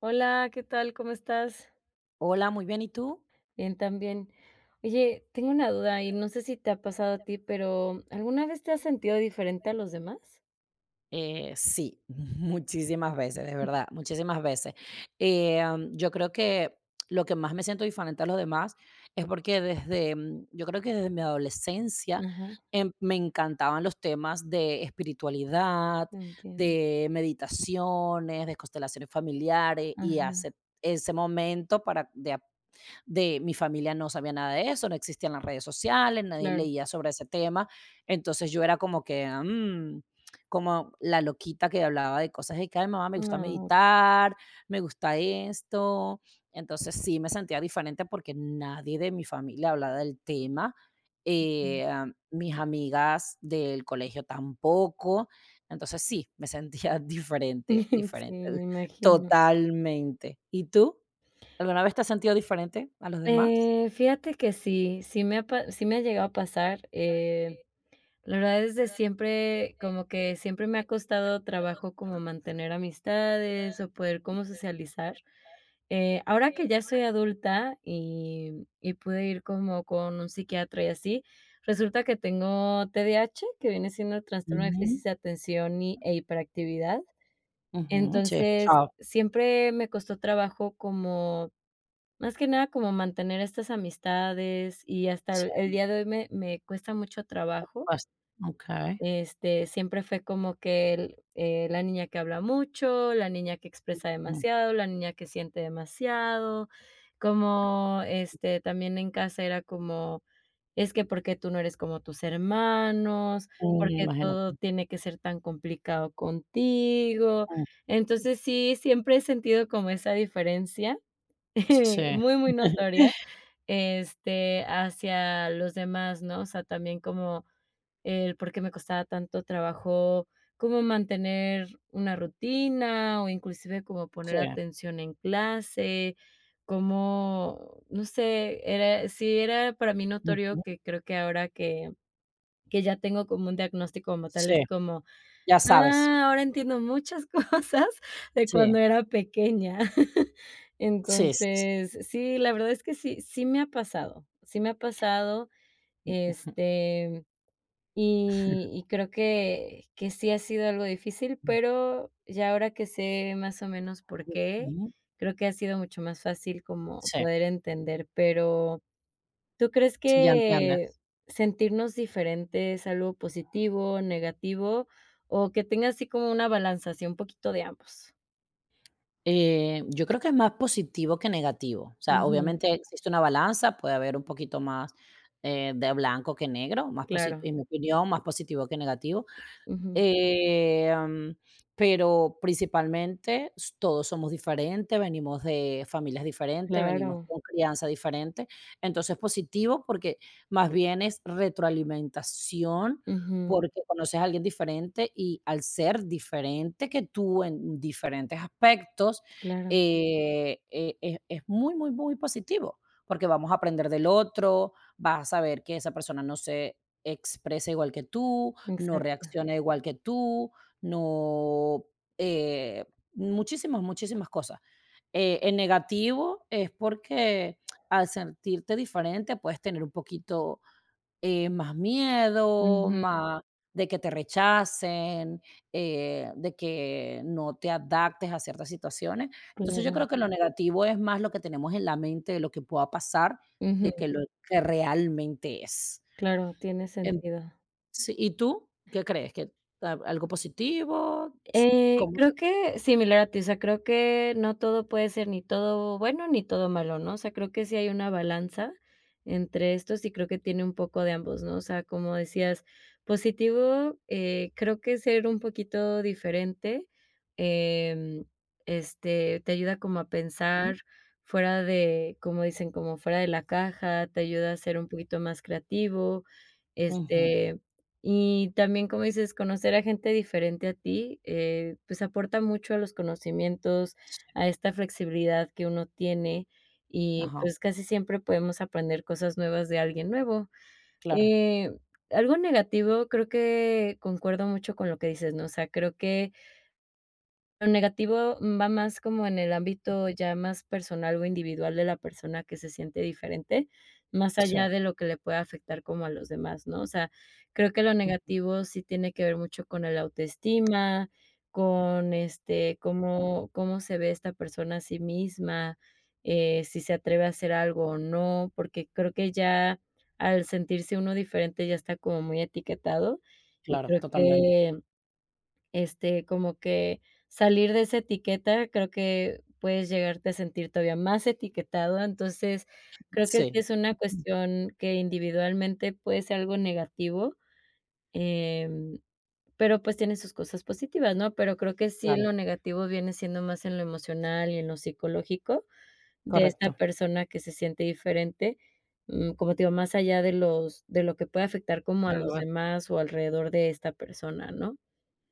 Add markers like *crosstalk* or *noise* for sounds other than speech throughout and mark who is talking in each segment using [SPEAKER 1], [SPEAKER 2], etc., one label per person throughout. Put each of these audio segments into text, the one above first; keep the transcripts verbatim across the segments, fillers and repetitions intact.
[SPEAKER 1] Hola, ¿qué tal? ¿Cómo estás?
[SPEAKER 2] Hola, muy bien, ¿y tú?
[SPEAKER 1] Bien, también. Oye, tengo
[SPEAKER 2] Sí,
[SPEAKER 1] una duda
[SPEAKER 2] una.
[SPEAKER 1] y no sé si te ha pasado a ti, pero ¿alguna vez te has sentido diferente a los demás?
[SPEAKER 2] Eh, sí, *laughs* muchísimas veces, de verdad,
[SPEAKER 1] *laughs*
[SPEAKER 2] muchísimas veces. Em, yo creo que lo que más me siento diferente a los demás es porque desde, mm, yo creo que desde mi adolescencia
[SPEAKER 1] Ajá,
[SPEAKER 2] em, me encantaban los temas de espiritualidad,
[SPEAKER 1] entiendo.
[SPEAKER 2] de meditaciones, de constelaciones familiares, y hace
[SPEAKER 1] Ajá,
[SPEAKER 2] ese momento para de de mi familia no sabía nada de eso, no existían las redes sociales, nadie
[SPEAKER 1] claro.
[SPEAKER 2] leía sobre ese tema. Entonces yo era como que, mm, como la loquita que hablaba de cosas de que, ay, mamá, me gusta
[SPEAKER 1] Ah,
[SPEAKER 2] meditar, me gusta esto. Entonces sí me sentía diferente porque nadie de mi familia hablaba del tema.
[SPEAKER 1] okey.
[SPEAKER 2] Eh, am, mis amigas del colegio tampoco. Entonces sí, me sentía *laughs* diferente,
[SPEAKER 1] *laughs* Sí,
[SPEAKER 2] diferente,
[SPEAKER 1] me imagino.
[SPEAKER 2] totalmente. ¿Y tú? ¿Alguna vez te has sentido diferente a los demás?
[SPEAKER 1] Eh, fíjate que sí, sí me ha pa sí me ha llegado a pasar. eh La verdad es de siempre, como que siempre me ha costado trabajo como mantener amistades o poder como socializar. Eh, ahora que ya soy adulta y, y pude ir como con un psiquiatra y así, resulta que tengo T D A H, que viene siendo el trastorno de
[SPEAKER 2] Ujú,
[SPEAKER 1] déficit de atención y, e hiperactividad.
[SPEAKER 2] ujú, sí, he
[SPEAKER 1] Entonces,
[SPEAKER 2] escuchado.
[SPEAKER 1] siempre me costó trabajo como, más que nada, como mantener estas amistades, y hasta el, el
[SPEAKER 2] Sí,
[SPEAKER 1] día de hoy me, me cuesta mucho trabajo.
[SPEAKER 2] pues, okey.
[SPEAKER 1] Este, siempre fue como que el eh, la niña que habla mucho, la niña que expresa
[SPEAKER 2] Mm,
[SPEAKER 1] demasiado, la niña que siente demasiado. Como, este, también en casa era como: "Es que, porque tú no eres como tus hermanos? Porque
[SPEAKER 2] imagínate.
[SPEAKER 1] todo tiene que ser tan complicado contigo?".
[SPEAKER 2] Mm,
[SPEAKER 1] Entonces, sí, siempre he sentido como esa diferencia, *laughs*
[SPEAKER 2] sí.
[SPEAKER 1] muy, muy notoria,
[SPEAKER 2] *laughs*
[SPEAKER 1] este, hacia los demás, ¿no? O sea, también como el por qué me costaba tanto trabajo como mantener una rutina o inclusive como
[SPEAKER 2] Sí,
[SPEAKER 1] poner atención en clase. Como, no sé, era, sí era para mí notorio
[SPEAKER 2] ujú,
[SPEAKER 1] que, creo que ahora que, que ya tengo como un diagnóstico como tal, es
[SPEAKER 2] sí,
[SPEAKER 1] como,
[SPEAKER 2] ya sabes.
[SPEAKER 1] ah, ahora entiendo muchas *laughs* cosas de cuando
[SPEAKER 2] Sí,
[SPEAKER 1] era pequeña. *laughs*
[SPEAKER 2] sí, sí, sí.
[SPEAKER 1] Entonces, sí, la verdad es que sí, sí me ha pasado, sí me ha pasado.
[SPEAKER 2] Ujú,
[SPEAKER 1] Este, y y creo que que sí ha sido algo difícil,
[SPEAKER 2] ujú,
[SPEAKER 1] pero ya ahora que sé más o menos por qué,
[SPEAKER 2] ujú.
[SPEAKER 1] creo que ha sido mucho más fácil como
[SPEAKER 2] Sí,
[SPEAKER 1] poder entender. Pero, ¿tú crees
[SPEAKER 2] sí, ya
[SPEAKER 1] que
[SPEAKER 2] entiendes.
[SPEAKER 1] sentirnos diferentes es algo positivo, negativo, o que tenga así como una balanza, así un poquito de ambos?
[SPEAKER 2] Eh, yo creo que es más positivo que negativo. O sea,
[SPEAKER 1] Ujú,
[SPEAKER 2] obviamente existe una balanza, puede haber un poquito más, eh, de blanco que negro, más posi
[SPEAKER 1] claro.
[SPEAKER 2] en mi opinión, más positivo que negativo.
[SPEAKER 1] Ujú,
[SPEAKER 2] Em, pero principalmente s todos somos diferentes, venimos de familias diferentes, venimos
[SPEAKER 1] claro.
[SPEAKER 2] con crianza diferente. Entonces, positivo, porque más bien es retroalimentación,
[SPEAKER 1] Ujú,
[SPEAKER 2] porque conoces a alguien diferente y al ser diferente que tú en diferentes aspectos,
[SPEAKER 1] claro.
[SPEAKER 2] eh, e es es muy, muy, muy positivo, porque vamos a aprender del otro, vas a saber que esa persona no se expresa igual que tú, no
[SPEAKER 1] Exacto.
[SPEAKER 2] reacciona igual que tú, no, eh, muchísimas, muchísimas cosas. Eh, en negativo es porque al sentirte diferente puedes tener un poquito eh, más miedo,
[SPEAKER 1] Ujú,
[SPEAKER 2] más de que te rechacen, eh, de que no te adaptes a ciertas situaciones. Entonces yo
[SPEAKER 1] claro.
[SPEAKER 2] creo que lo negativo es más lo que tenemos en la mente de lo que pueda pasar, de
[SPEAKER 1] Ujú,
[SPEAKER 2] que lo que realmente es.
[SPEAKER 1] claro, tiene sentido.
[SPEAKER 2] Sí, ¿y tú qué crees? ¿Que a algo positivo? Ts
[SPEAKER 1] Eh,
[SPEAKER 2] ¿Cómo te?
[SPEAKER 1] creo que similar a ti. O sea, creo que no todo puede ser ni todo bueno ni todo malo, ¿no? O sea, creo que sí hay una balanza entre estos, y creo que tiene un poco de ambos, ¿no? O sea, como decías, positivo, eh, creo que ser un poquito diferente, em, este, te ayuda como a
[SPEAKER 2] Ujú,
[SPEAKER 1] pensar fuera de, como dicen, como fuera de la caja, te ayuda a ser un poquito más creativo.
[SPEAKER 2] ujú,
[SPEAKER 1] este, y también, como dices, conocer a gente diferente a ti, eh, pues aporta mucho a los conocimientos,
[SPEAKER 2] sí,
[SPEAKER 1] a esta flexibilidad que uno tiene, y
[SPEAKER 2] ajá,
[SPEAKER 1] pues casi siempre podemos aprender cosas nuevas de alguien nuevo.
[SPEAKER 2] claro,
[SPEAKER 1] Eh, Algo negativo, creo que concuerdo mucho con lo que dices, ¿no? O sea, creo que lo negativo va más como en el ámbito ya más personal o individual de la persona que se siente diferente, más
[SPEAKER 2] sí,
[SPEAKER 1] allá de lo que le pueda afectar como a los demás, ¿no? O sea, creo que lo negativo sí tiene que ver mucho con el autoestima, con, este,
[SPEAKER 2] ujú,
[SPEAKER 1] cómo cómo se ve esta persona a sí misma, eh, si se atreve a hacer algo o no, porque creo que ya al sentirse uno diferente ya está como muy etiquetado, y
[SPEAKER 2] claro,
[SPEAKER 1] creo
[SPEAKER 2] totalmente,
[SPEAKER 1] que este, como que salir de esa etiqueta, creo que puedes llegarte a sentir todavía más etiquetado. Entonces, creo que sí
[SPEAKER 2] sí,
[SPEAKER 1] es una
[SPEAKER 2] ujú,
[SPEAKER 1] cuestión que individualmente puede ser algo negativo. em, pero, pues, tiene sus cosas positivas, ¿no? Pero creo que sí,
[SPEAKER 2] claro,
[SPEAKER 1] lo negativo viene siendo más en lo emocional y en lo psicológico de esta
[SPEAKER 2] correcto.
[SPEAKER 1] persona que se siente diferente. Mm, como te digo, más allá de los de lo que puede afectar como a
[SPEAKER 2] Algo
[SPEAKER 1] los
[SPEAKER 2] va,
[SPEAKER 1] demás o alrededor de esta persona, ¿no?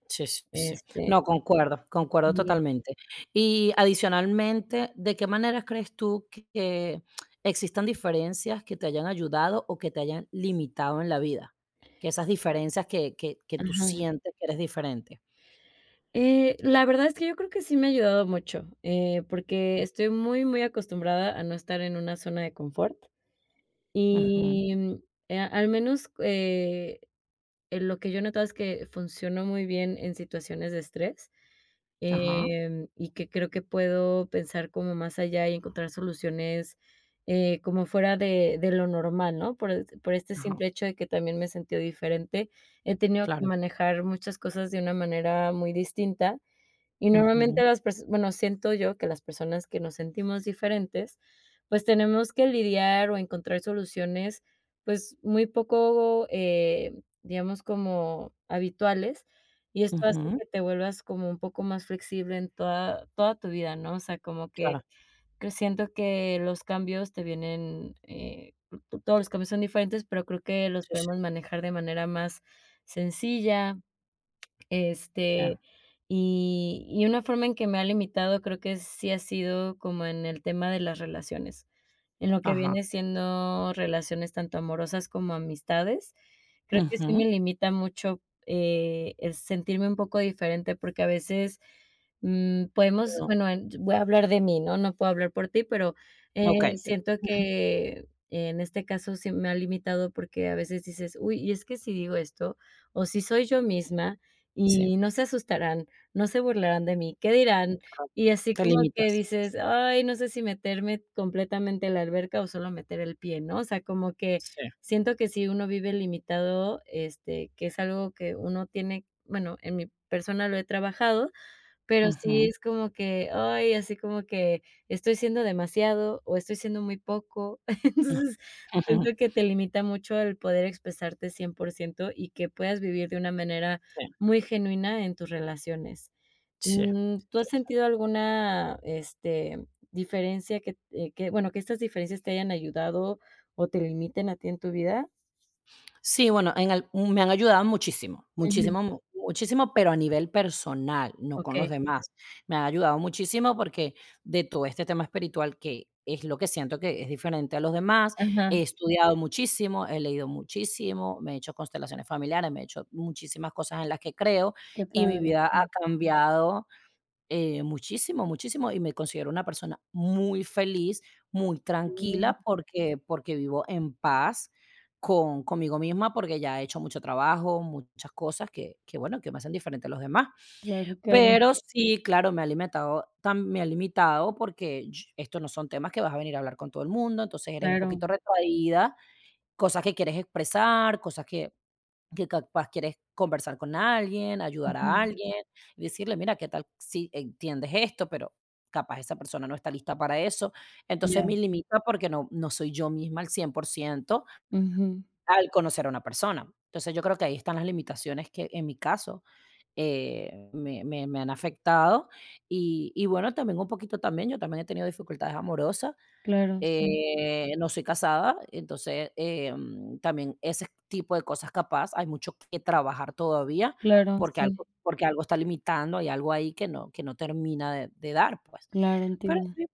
[SPEAKER 2] sí, sí, sí.
[SPEAKER 1] Este,
[SPEAKER 2] No, concuerdo, concuerdo
[SPEAKER 1] sí.
[SPEAKER 2] totalmente. Y adicionalmente, ¿de qué maneras crees tú que existan diferencias que te hayan ayudado o que te hayan limitado en la vida? Que esas diferencias que que que tú
[SPEAKER 1] Ajá.
[SPEAKER 2] sientes que eres diferente.
[SPEAKER 1] Eh, la verdad es que yo creo que sí me ha ayudado mucho, eh, porque estoy muy, muy acostumbrada a no estar en una zona de confort
[SPEAKER 2] Ujú.
[SPEAKER 1] y, mm, eh, al menos, eh, en lo que yo he notado es que funciono muy bien en situaciones de estrés.
[SPEAKER 2] Ajá,
[SPEAKER 1] Em, y que creo que puedo pensar como más allá y encontrar soluciones, eh, como fuera de de lo normal, ¿no? Por es por este
[SPEAKER 2] ajá,
[SPEAKER 1] simple hecho de que también me he sentido diferente, he tenido que
[SPEAKER 2] claro.
[SPEAKER 1] manejar muchas cosas de una manera muy distinta. Y normalmente
[SPEAKER 2] Ujú,
[SPEAKER 1] las personas, bueno, siento yo que las personas que nos sentimos diferentes, pues tenemos que lidiar o encontrar soluciones pues muy poco, eh, digamos, como habituales, y esto hace
[SPEAKER 2] ujú,
[SPEAKER 1] que te vuelvas como un poco más flexible en toda toda tu vida, ¿no? O sea, como que
[SPEAKER 2] claro.
[SPEAKER 1] que siento que los cambios te vienen, eh, t- todos los cambios son diferentes, pero creo que los
[SPEAKER 2] Sí, sí,
[SPEAKER 1] podemos manejar de manera más sencilla.
[SPEAKER 2] sí.
[SPEAKER 1] este, y y una forma en que me ha limitado, creo que sí ha sido como en el tema de las relaciones, en lo que
[SPEAKER 2] Ajá.
[SPEAKER 1] viene siendo relaciones tanto amorosas como amistades. Creo que sí me
[SPEAKER 2] Ujú.
[SPEAKER 1] limita mucho, eh, el sentirme un poco diferente, porque a veces, mm, podemos
[SPEAKER 2] No.
[SPEAKER 1] bueno, en voy a hablar de mí, ¿no? No puedo hablar por ti, pero,
[SPEAKER 2] Okey,
[SPEAKER 1] eh,
[SPEAKER 2] te
[SPEAKER 1] siento que en este caso sí me ha limitado, porque a veces dices: "Uy, y es que si digo esto, o si soy yo misma,
[SPEAKER 2] sí,
[SPEAKER 1] y no se asustarán, no se burlarán de mí, ¿qué dirán?".
[SPEAKER 2] claro.
[SPEAKER 1] Y así
[SPEAKER 2] Te
[SPEAKER 1] como que
[SPEAKER 2] limitas.
[SPEAKER 1] dices: "Ay, no sé si meterme completamente a la alberca o solo meter el pie", ¿no? O sea, como que
[SPEAKER 2] Sí.
[SPEAKER 1] siento que si uno vive limitado, este, que es algo que uno tiene, bueno, en mi persona lo he trabajado, pero sí
[SPEAKER 2] Ujú.
[SPEAKER 1] es como que, ay, así como que estoy siendo demasiado o estoy siendo muy poco. *laughs*
[SPEAKER 2] Ujú.
[SPEAKER 1] Entonces,
[SPEAKER 2] ujú.
[SPEAKER 1] siento que te limita mucho el poder expresarte cien por ciento y que puedas vivir de una manera
[SPEAKER 2] Sí,
[SPEAKER 1] muy genuina en tus relaciones.
[SPEAKER 2] sí,
[SPEAKER 1] Mm, ¿tú has
[SPEAKER 2] sí, sí.
[SPEAKER 1] sentido alguna, este, diferencia que, eh, que, bueno, que estas diferencias te hayan ayudado o te limiten a ti en tu vida?
[SPEAKER 2] Sí, bueno, en al me han ayudado muchísimo,
[SPEAKER 1] Ujú.
[SPEAKER 2] muchísimo, mu muchísimo, pero a nivel personal, no con los
[SPEAKER 1] Okey.
[SPEAKER 2] demás. Me han ayudado muchísimo porque de todo este tema espiritual, que es lo que siento que es diferente a los demás,
[SPEAKER 1] Ajá.
[SPEAKER 2] he estudiado muchísimo, he leído muchísimo, me he hecho constelaciones familiares, me he hecho muchísimas cosas en las que creo,
[SPEAKER 1] Qué
[SPEAKER 2] y mi
[SPEAKER 1] padre.
[SPEAKER 2] vida ha cambiado eh, muchísimo, muchísimo, y me considero una persona muy feliz, muy
[SPEAKER 1] Okey.
[SPEAKER 2] tranquila, porque porque vivo en paz con conmigo misma, porque ya he hecho mucho trabajo, muchas cosas que que, bueno, que me hacen diferente a los demás.
[SPEAKER 1] Claro, qué hermoso.
[SPEAKER 2] Pero sí, claro, me ha limitado tam me ha limitado porque ch estos no son temas que vas a venir a hablar con todo el mundo, entonces eres un
[SPEAKER 1] Claro.
[SPEAKER 2] poquito retraída, cosas que quieres expresar, cosas que que capaz quieres conversar con alguien, ayudar a
[SPEAKER 1] Ujú.
[SPEAKER 2] Sí. alguien, y decirle: "Mira, ¿qué tal si entiendes esto?", pero capaz esa persona no está lista para eso. Entonces,
[SPEAKER 1] Ya.
[SPEAKER 2] me limita porque no no soy yo misma al cien por ciento
[SPEAKER 1] Ujú.
[SPEAKER 2] al conocer a una persona. Entonces, yo creo que ahí están las limitaciones que, en mi caso, eh, me me me han afectado. Y y bueno, también un poquito también, yo también he tenido dificultades amorosas.
[SPEAKER 1] Claro, sí,
[SPEAKER 2] Eh, no soy casada, entonces, em, también ese tipo de cosas capaz hay mucho que trabajar todavía,
[SPEAKER 1] claro,
[SPEAKER 2] porque
[SPEAKER 1] sí,
[SPEAKER 2] algo porque algo está limitando, hay algo ahí que no que no termina de de dar, pues.
[SPEAKER 1] claro,
[SPEAKER 2] Pero
[SPEAKER 1] entiendo.
[SPEAKER 2] sí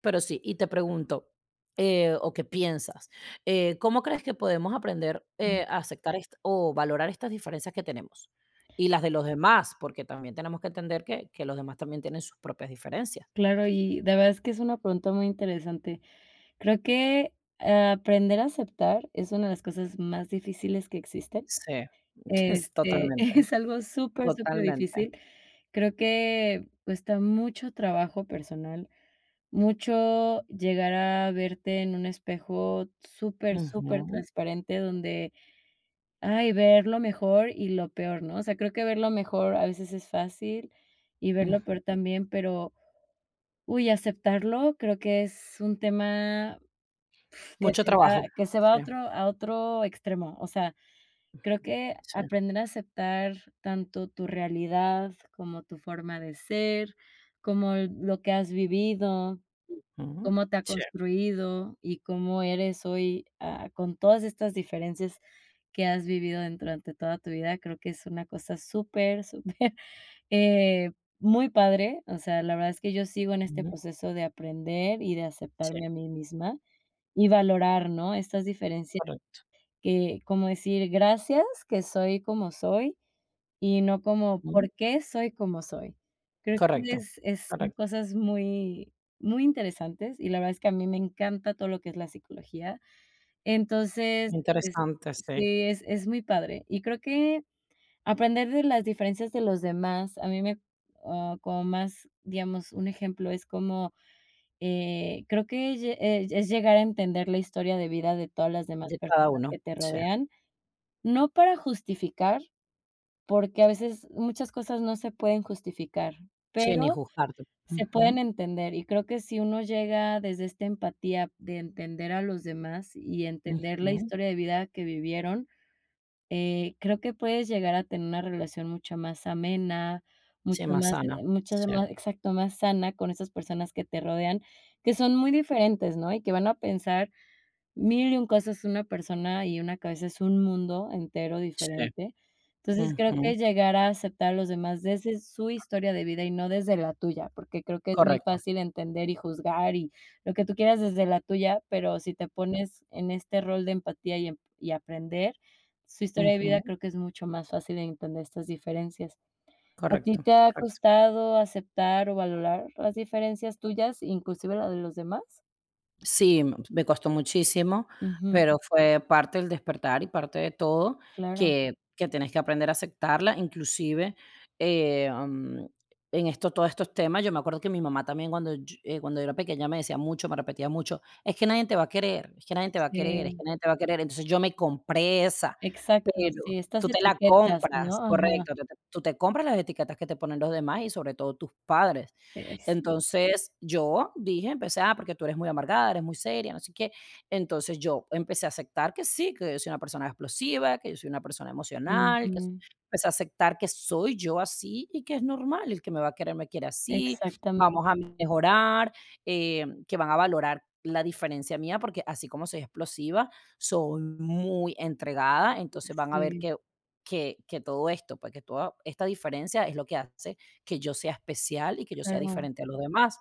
[SPEAKER 2] pero sí, y te pregunto, eh, o qué piensas, eh, ¿cómo crees que podemos aprender,
[SPEAKER 1] Ujú.
[SPEAKER 2] eh, a aceptar est o valorar estas diferencias que tenemos? Y las de los demás, porque también tenemos que entender que que los demás también tienen sus propias diferencias.
[SPEAKER 1] Claro, y la verdad es que es una pregunta muy interesante. Creo que eh, aprender a aceptar es una de las cosas más difíciles que existen.
[SPEAKER 2] Sí, *laughs* es
[SPEAKER 1] Este, *laughs*
[SPEAKER 2] totalmente,
[SPEAKER 1] es algo súper, súper
[SPEAKER 2] totalmente.
[SPEAKER 1] difícil. Creo que cuesta mucho trabajo personal, mucho, llegar a verte en un espejo súper, súper
[SPEAKER 2] Ujú,
[SPEAKER 1] transparente, donde, ay, ver lo mejor y lo peor, ¿no? O sea, creo que ver lo mejor a veces es fácil y ver lo
[SPEAKER 2] mm,
[SPEAKER 1] peor también, pero, uy, aceptarlo, creo que es un tema que
[SPEAKER 2] mucho
[SPEAKER 1] se
[SPEAKER 2] trabajo.
[SPEAKER 1] va que se va a
[SPEAKER 2] Sí,
[SPEAKER 1] otro a otro extremo. O sea, creo que
[SPEAKER 2] sí,
[SPEAKER 1] aprender a aceptar tanto tu realidad como tu forma de ser, como el- lo que has vivido,
[SPEAKER 2] ujú,
[SPEAKER 1] cómo te ha
[SPEAKER 2] sí,
[SPEAKER 1] construido y cómo eres hoy, ah, con todas estas diferencias que has vivido en durante toda tu vida. Creo que es una cosa súper, súper, *laughs* eh, muy padre. O sea, la verdad es que yo sigo en este
[SPEAKER 2] ujú,
[SPEAKER 1] proceso de aprender y de
[SPEAKER 2] sí,
[SPEAKER 1] aceptarme a mí misma y valorar, ¿no?, estas diferencias,
[SPEAKER 2] correcto,
[SPEAKER 1] que como decir: "Gracias que soy como soy". Y no como,
[SPEAKER 2] ujú,
[SPEAKER 1] ¿por qué soy como soy? Creo que
[SPEAKER 2] correcto,
[SPEAKER 1] es es son
[SPEAKER 2] correcto.
[SPEAKER 1] cosas muy, muy interesantes, y la verdad es que a mí me encanta todo lo que es la psicología. Entonces, es
[SPEAKER 2] Interesante, sí,
[SPEAKER 1] sí, es es muy padre. Y creo que aprender de las diferencias de los demás, a mí me ah, como más, digamos, un ejemplo es como, eh, creo que lle eh, es llegar a entender la historia de vida de todas las demás
[SPEAKER 2] de cada
[SPEAKER 1] personas
[SPEAKER 2] uno,
[SPEAKER 1] que te
[SPEAKER 2] sí,
[SPEAKER 1] rodean, no para justificar, porque a veces muchas cosas no se pueden justificar,
[SPEAKER 2] sí, ni
[SPEAKER 1] pero
[SPEAKER 2] juzgarte.
[SPEAKER 1] se pueden
[SPEAKER 2] Ujú,
[SPEAKER 1] entender, y creo que si uno llega desde esta empatía de entender a los demás y entender la
[SPEAKER 2] ujú,
[SPEAKER 1] historia de vida que vivieron, eh, creo que puedes llegar a tener una relación mucho más amena,
[SPEAKER 2] sí,
[SPEAKER 1] mucho
[SPEAKER 2] más
[SPEAKER 1] más
[SPEAKER 2] sana,
[SPEAKER 1] mucho
[SPEAKER 2] sí,
[SPEAKER 1] más exacto, más sana, con esas personas que te rodean, que son muy diferentes, ¿no? Y que van a pensar mil y un cosas. Una persona y una cabeza es un mundo entero
[SPEAKER 2] sí,
[SPEAKER 1] diferente. Entonces, creo
[SPEAKER 2] ujú,
[SPEAKER 1] que llegar a aceptar a los demás desde su historia de vida y no desde la tuya, porque creo que es muy
[SPEAKER 2] correcto,
[SPEAKER 1] fácil entender y juzgar y lo que tú quieras desde la tuya, pero si te pones en este rol de empatía y em y aprender su historia de vida,
[SPEAKER 2] ujú,
[SPEAKER 1] creo que es mucho más fácil entender estas diferencias. ¿A ti
[SPEAKER 2] correcto,
[SPEAKER 1] te ha
[SPEAKER 2] correcto.
[SPEAKER 1] costado aceptar o valorar las diferencias tuyas, inclusive la de los demás?
[SPEAKER 2] Sí, me costó muchísimo,
[SPEAKER 1] Ujú,
[SPEAKER 2] pero fue parte del despertar y parte de todo
[SPEAKER 1] claro.
[SPEAKER 2] que que tienes que aprender a aceptarla, inclusive, eh, am, en esto todos estos temas. Yo me acuerdo que mi mamá también cuando yo eh, cuando yo era pequeña me decía mucho, me repetía mucho: "Es que nadie te va a querer, es que nadie te va a querer, es
[SPEAKER 1] Sí.
[SPEAKER 2] que nadie te va a querer". Entonces yo me compré esa,
[SPEAKER 1] Exacto,
[SPEAKER 2] pero
[SPEAKER 1] sí, estas
[SPEAKER 2] tú te la
[SPEAKER 1] etiquetas,
[SPEAKER 2] compras,
[SPEAKER 1] ¿no? Ajá,
[SPEAKER 2] correcto, tú te tú te compras las etiquetas que te ponen los demás y sobre todo tus padres.
[SPEAKER 1] eh, sí.
[SPEAKER 2] Entonces, yo dije, empecé: "Ah, porque tú eres muy amargada, eres muy seria, no sé qué". Entonces, yo empecé a aceptar que sí, que yo soy una persona explosiva, que yo soy una persona emocional, que soy
[SPEAKER 1] Ujú,
[SPEAKER 2] empecé a aceptar que soy yo así y que es normal, el que me va a querer me quiere así,
[SPEAKER 1] exactamente,
[SPEAKER 2] vamos a mejorar, eh, que van a valorar la diferencia mía, porque así como soy explosiva, soy muy entregada, entonces van a ver
[SPEAKER 1] sí,
[SPEAKER 2] que que que todo esto, pues, que toda esta diferencia es lo que hace que yo sea especial y que yo sea
[SPEAKER 1] claro.
[SPEAKER 2] diferente a los demás.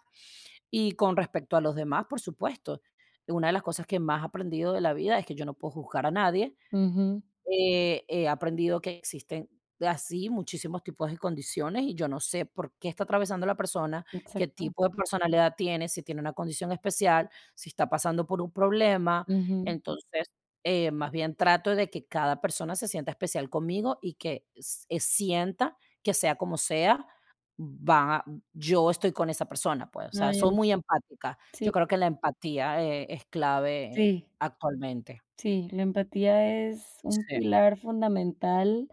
[SPEAKER 2] Y con respecto a los demás, por supuesto, una de las cosas que más he aprendido de la vida es que yo no puedo juzgar a nadie.
[SPEAKER 1] Ujú,
[SPEAKER 2] Eh, he aprendido que existen así muchísimos tipos de condiciones y yo no sé por qué está atravesando la persona, qué
[SPEAKER 1] exacto.
[SPEAKER 2] tipo de personalidad tiene, si tiene una condición especial, si está pasando por un problema.
[SPEAKER 1] Ujú.
[SPEAKER 2] Entonces, eh, más bien trato de que cada persona se sienta especial conmigo y que s- eh, sienta que, sea como sea, va, yo estoy con esa persona, pues, o sea,
[SPEAKER 1] Ay,
[SPEAKER 2] soy
[SPEAKER 1] em
[SPEAKER 2] muy empática.
[SPEAKER 1] sí,
[SPEAKER 2] Yo creo que la empatía eh, es clave
[SPEAKER 1] sí,
[SPEAKER 2] actualmente.
[SPEAKER 1] sí, la empatía es un
[SPEAKER 2] Sí,
[SPEAKER 1] pilar fundamental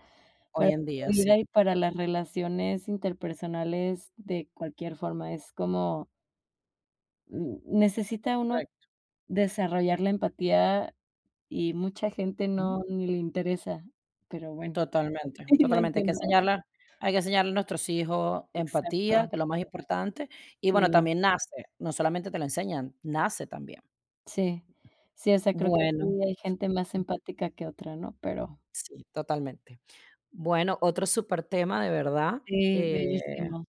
[SPEAKER 1] para
[SPEAKER 2] hoy en
[SPEAKER 1] la
[SPEAKER 2] día, sí.
[SPEAKER 1] vida y para las relaciones interpersonales de cualquier forma. Es como, mm, necesita uno desarrollar la empatía, y mucha gente
[SPEAKER 2] Ujú.
[SPEAKER 1] no, ni le interesa, pero bueno,
[SPEAKER 2] Totalmente,
[SPEAKER 1] *laughs* no
[SPEAKER 2] totalmente. Hay que
[SPEAKER 1] entiendo.
[SPEAKER 2] enseñarle hay que enseñarle a nuestros hijos
[SPEAKER 1] Exacto,
[SPEAKER 2] empatía, que es lo más importante. Y bueno,
[SPEAKER 1] sí,
[SPEAKER 2] también nace, no solamente te lo enseñan, nace también.
[SPEAKER 1] sí. Sí, o sea, creo que sí
[SPEAKER 2] Bueno,
[SPEAKER 1] hay gente más empática que otra, ¿no? Pero
[SPEAKER 2] sí, totalmente. Bueno, otro súper tema de verdad,
[SPEAKER 1] sí,
[SPEAKER 2] eh,
[SPEAKER 1] bellísimo.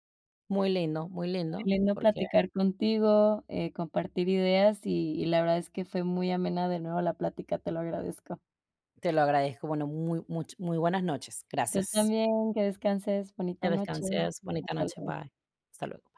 [SPEAKER 2] muy lindo, muy lindo,
[SPEAKER 1] Muy lindo
[SPEAKER 2] porque
[SPEAKER 1] platicar contigo, eh, compartir ideas, y y la verdad es que fue muy amena de nuevo la plática, te lo agradezco.
[SPEAKER 2] te lo agradezco. Bueno, muy much muy buenas noches.
[SPEAKER 1] Tú
[SPEAKER 2] Gracias.
[SPEAKER 1] también, que descanses, bonita
[SPEAKER 2] Que
[SPEAKER 1] noche.
[SPEAKER 2] descanses. Bonita
[SPEAKER 1] Hasta
[SPEAKER 2] noche.
[SPEAKER 1] luego.
[SPEAKER 2] Bye. Hasta luego.